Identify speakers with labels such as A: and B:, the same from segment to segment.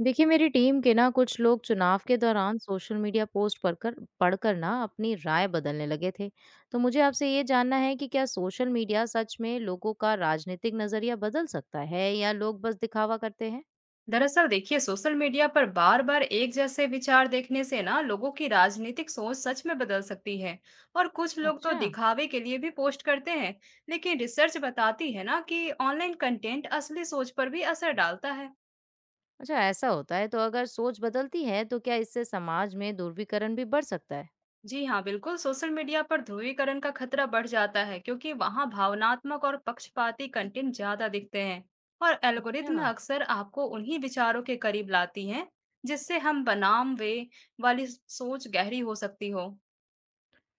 A: देखिए मेरी टीम के ना कुछ लोग चुनाव के दौरान सोशल मीडिया पोस्ट पढ़कर पढ़कर ना अपनी राय बदलने लगे थे। तो मुझे आपसे ये जानना है कि क्या सोशल मीडिया सच में लोगों का राजनीतिक नजरिया बदल सकता है या लोग बस दिखावा करते हैं।
B: दरअसल देखिए सोशल मीडिया पर बार बार एक जैसे विचार देखने से ना लोगों की राजनीतिक सोच सच में बदल सकती है। और कुछ लोग तो
A: अच्छा।
B: दिखावे के लिए भी पोस्ट करते हैं। लेकिन रिसर्च बताती है ना कि ऑनलाइन कंटेंट असली सोच पर भी असर डालता है।
A: अच्छा, ऐसा होता है? तो अगर सोच बदलती है तो क्या इससे समाज में ध्रुवीकरण भी बढ़ सकता है?
B: जी हाँ, बिल्कुल। सोशल मीडिया पर ध्रुवीकरण का खतरा बढ़ जाता है क्योंकि वहाँ भावनात्मक और पक्षपाती कंटेंट ज्यादा दिखते हैं। और
A: अच्छा।
B: एल्गोरिदम अक्सर आपको उन्हीं विचारों के करीब लाती हैं, जिससे हम बनाम वे वाली सोच गहरी हो सकती हो।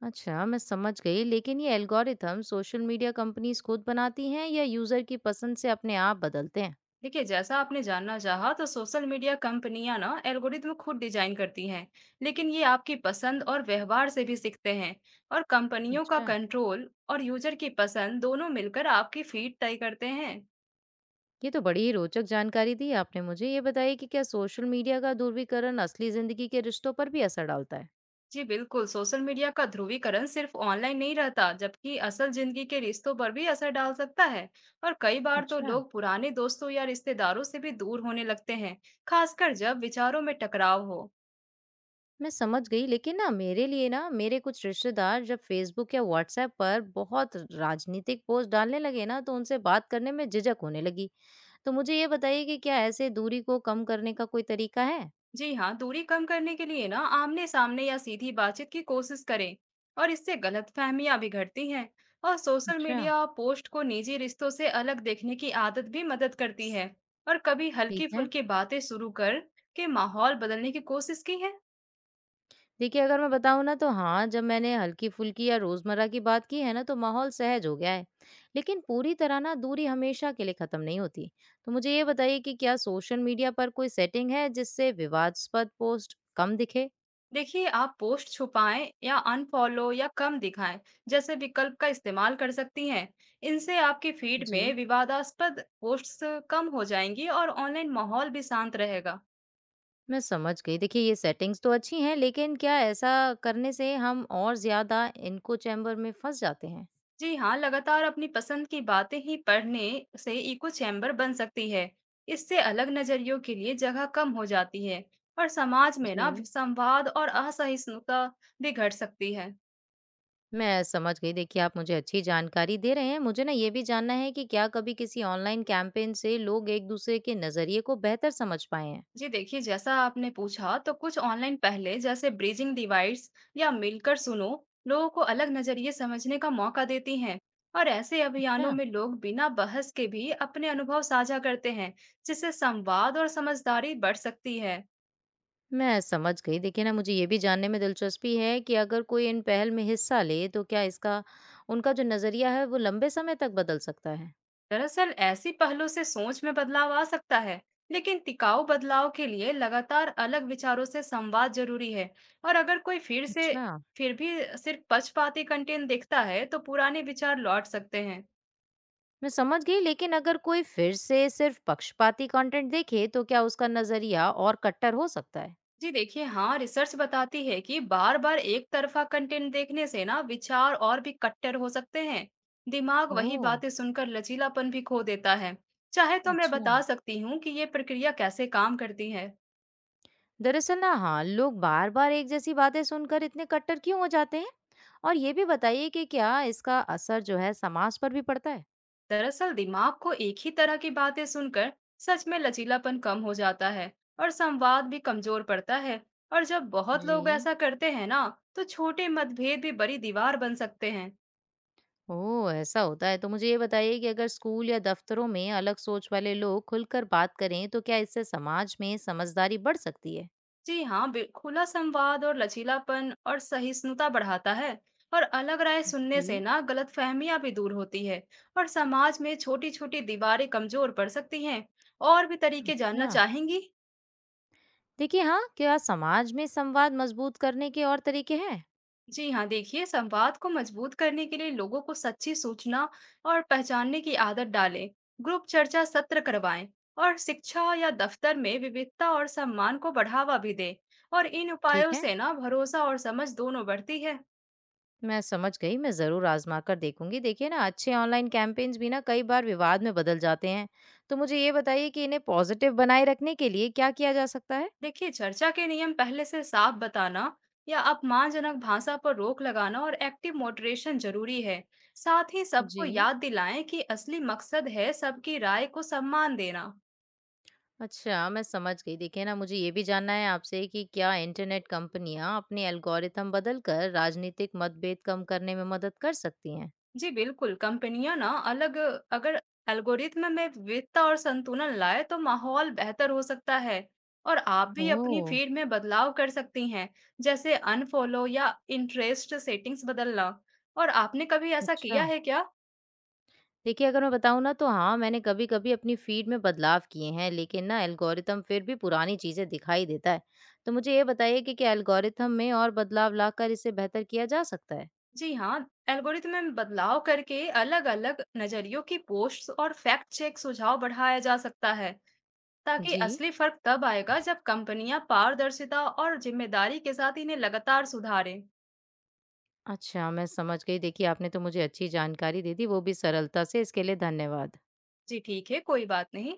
A: अच्छा, मैं समझ गई, लेकिन ये एल्गोरिथम सोशल मीडिया कंपनीज खुद बनाती हैं या यूजर की पसंद से अपने आप बदलते हैं?
B: देखिए, जैसा आपने जानना चाहा, तो सोशल मीडिया कंपनियां ना एल्गोरिदम खुद डिजाइन करती हैं, लेकिन ये आपकी पसंद और व्यवहार से भी सीखते हैं। और कंपनियों का
A: अच्छा।
B: कंट्रोल और यूजर की पसंद दोनों मिलकर आपकी फीड तय करते हैं।
A: ये तो बड़ी ही रोचक जानकारी दी आपने मुझे। ये बताइए कि क्या सोशल मीडिया का दूरबीकरण असली जिंदगी के रिश्तों पर भी असर डालता है?
B: जी बिल्कुल, सोशल मीडिया का ध्रुवीकरण सिर्फ ऑनलाइन नहीं रहता, जबकि असल जिंदगी के रिश्तों पर भी असर डाल सकता है। और कई बार तो
A: अच्छा,
B: लोग पुराने दोस्तों या रिश्तेदारों से भी दूर होने लगते हैं, खासकर जब विचारों में टकराव हो।
A: मैं समझ गई, लेकिन ना मेरे लिए ना मेरे कुछ रिश्तेदार जब फेसबुक या व्हाट्सएप पर बहुत राजनीतिक पोस्ट डालने लगे ना तो उनसे बात करने में झिझक होने लगी। तो मुझे ये बताइए कि क्या ऐसे दूरी को कम करने का कोई तरीका है?
B: जी हाँ, दूरी कम करने के लिए ना आमने सामने या सीधी बातचीत की कोशिश करें। और इससे गलतफहमियां भी घटती हैं। और सोशल
A: अच्छा।
B: मीडिया पोस्ट को निजी रिश्तों से अलग देखने की आदत भी मदद करती है। और कभी
A: ठीक
B: हल्की
A: है।
B: फुल्की बातें शुरू कर के माहौल बदलने की कोशिश की है।
A: देखिए, अगर मैं बताऊँ ना तो हाँ, जब मैंने हल्की-फुल्की या रोज़मर्रा की बात की है ना, तो माहौल सहज हो गया है। लेकिन पूरी तरह ना दूरी हमेशा के लिए ख़त्म नहीं होती। तो मुझे ये बताइए कि क्या सोशल मीडिया पर कोई सेटिंग है जिससे विवादास्पद पोस्ट कम दिखे?
B: देखिए, आप पोस्ट छुपाएं या अनफॉलो या कम दिखाएं जैसे विकल्प का इस्तेमाल कर सकती हैं। इनसे आपके फीड
A: जी।
B: में विवादास्पद पोस्ट्स कम हो जाएंगी और ऑनलाइन माहौल भी शांत रहेगा।
A: मैं समझ गई। देखिए, ये सेटिंग्स तो अच्छी हैं, लेकिन क्या ऐसा करने से हम और ज़्यादा इनको चैम्बर में फँस जाते हैं?
B: जी हाँ, लगातार अपनी पसंद की बातें ही पढ़ने से इको चैम्बर बन सकती है। इससे अलग नजरियों के लिए जगह कम हो जाती है। और समाज में ना
A: जी।
B: संवाद और असहिष्णुता भी घट सकती है।
A: मैं समझ गई। देखिए, आप मुझे अच्छी जानकारी दे रहे हैं। मुझे ना ये भी जानना है कि क्या कभी किसी ऑनलाइन कैंपेन से लोग एक-दूसरे के नज़रिए को बेहतर समझ पाए हैं?
B: जी देखिए, जैसा आपने पूछा, तो कुछ ऑनलाइन पहले जैसे ब्रिजिंग डिवाइड्स या मिलकर सुनो लोगों को अलग नजरिए समझने का मौका देती हैं। और ऐसे अभियानों
A: अच्छा।
B: में लोग बिना बहस के भी अपने अनुभव साझा करते हैं, जिससे संवाद और समझदारी बढ़ सकती है।
A: मैं समझ गई। देखिए ना, मुझे ये भी जानने में दिलचस्पी है कि अगर कोई इन पहल में हिस्सा ले, तो क्या इसका उनका जो नज़रिया है, वो लंबे समय तक बदल सकता है?
B: दरअसल ऐसी पहलों से सोच में बदलाव आ सकता है, लेकिन टिकाऊ बदलाव के लिए लगातार अलग विचारों से संवाद जरूरी है। और अगर कोई फिर से
A: अच्छा।
B: फिर भी सिर्फ पक्षपाती कंटेंट देखता है तो पुराने विचार लौट सकते हैं।
A: मैं समझ गई, लेकिन अगर कोई फिर से सिर्फ पक्षपाती कंटेंट देखे, तो क्या उसका नज़रिया और कट्टर हो सकता है?
B: जी देखिए, हाँ, रिसर्च बताती है कि बार बार एक तरफा कंटेंट देखने से ना विचार और भी कट्टर हो सकते हैं। दिमाग वही
A: ओह!
B: बातें सुनकर लचीलापन भी खो देता है। चाहे तो मैं
A: अच्छा।
B: बता सकती हूँ कि ये प्रक्रिया कैसे काम करती है।
A: दरअसल ना हाँ, लोग बार बार एक जैसी बातें सुनकर इतने कट्टर क्यों हो जाते हैं? और ये भी बताइए कि क्या इसका असर जो है समाज पर भी पड़ता है?
B: दरअसल दिमाग को एक ही तरह की बातें सुनकर सच में लचीलापन कम हो जाता है और संवाद भी कमजोर पड़ता है। और जब बहुत लोग
A: जी।
B: ऐसा करते हैं ना, तो छोटे मतभेद भी बड़ी दीवार बन सकते हैं।
A: ओह, ऐसा होता है? तो मुझे ये बताइए कि अगर स्कूल या दफ्तरों में अलग सोच वाले लोग खुलकर बात करें तो क्या इससे समाज में समझदारी बढ़ सकती है?
B: जी हाँ, खुला संवाद और लचीलापन और सहिष्णुता बढ़ाता है। और अलग राय सुनने से
A: जी।
B: ना गलत फहमियां भी दूर होती है। और समाज में छोटी छोटी दीवारें कमजोर पड़ सकती हैं। और भी तरीके जानना
A: अच्छा।
B: चाहेंगी?
A: देखिए, हाँ, क्या समाज में संवाद मजबूत करने के और तरीके हैं?
B: जी हाँ, देखिए, संवाद को मजबूत करने के लिए लोगों को सच्ची सूचना और पहचानने की आदत डालें। ग्रुप चर्चा सत्र करवाएं और शिक्षा या दफ्तर में विविधता और सम्मान को बढ़ावा भी दें। और इन
A: ठीक
B: उपायों
A: है।
B: से ना भरोसा और समझ दोनों बढ़ती है।
A: मैं समझ गई, मैं ज़रूर आज़मा कर देखूँगी। देखिए ना अच्छे ऑनलाइन कैंपेन्स भी ना कई बार विवाद में बदल जाते हैं। तो मुझे ये बताइए कि इन्हें पॉज़िटिव बनाए रखने के लिए क्या किया जा सकता है?
B: देखिए, चर्चा के नियम पहले से साफ बताना या अपमानजनक भाषा पर रोक लगाना और एक्टिव मोडरेशन जरूरी है। साथ ही सबको
A: जी।
B: याद दिलाएं कि असली मकसद है सबकी राय को सम्मान देना।
A: अच्छा, मैं समझ गई। देखिए ना मुझे ये भी जानना है आपसे कि क्या इंटरनेट कंपनियाँ अपने एल्गोरिथम बदलकर राजनीतिक मतभेद कम करने में मदद कर सकती हैं?
B: जी बिल्कुल, कंपनियाँ ना अलग अगर एल्गोरिथ्म में विविधता और संतुलन लाए तो माहौल बेहतर हो सकता है। और आप भी अपनी
A: ओह!
B: फीड में बदलाव कर सकती हैं, जैसे अनफॉलो या इंटरेस्ट सेटिंग्स बदलना। और आपने कभी ऐसा
A: अच्छा।
B: किया है क्या?
A: देखिए, अगर मैं बताऊँ ना तो हाँ, मैंने कभी-कभी अपनी फ़ीड में बदलाव किए हैं, लेकिन ना एल्गोरिथ्म फिर भी पुरानी चीज़ें दिखाई देता है। तो मुझे ये बताइए कि क्या एल्गोरिथ्म में और बदलाव लाकर इसे बेहतर किया जा सकता है?
B: जी हाँ, एल्गोरिथ्म में बदलाव करके अलग-अलग नज़रियों की पोस्ट्स और फैक्ट चेक सुझाव बढ़ाया जा सकता है, ताकि
A: जी।
B: असली फर्क तब आएगा जब कंपनियां पारदर्शिता और जिम्मेदारी के साथ इन्हें लगातार सुधारें।
A: अच्छा, मैं समझ गई। देखिए, आपने तो मुझे अच्छी जानकारी दे दी, वो भी सरलता से। इसके लिए धन्यवाद।
B: जी ठीक है, कोई बात नहीं।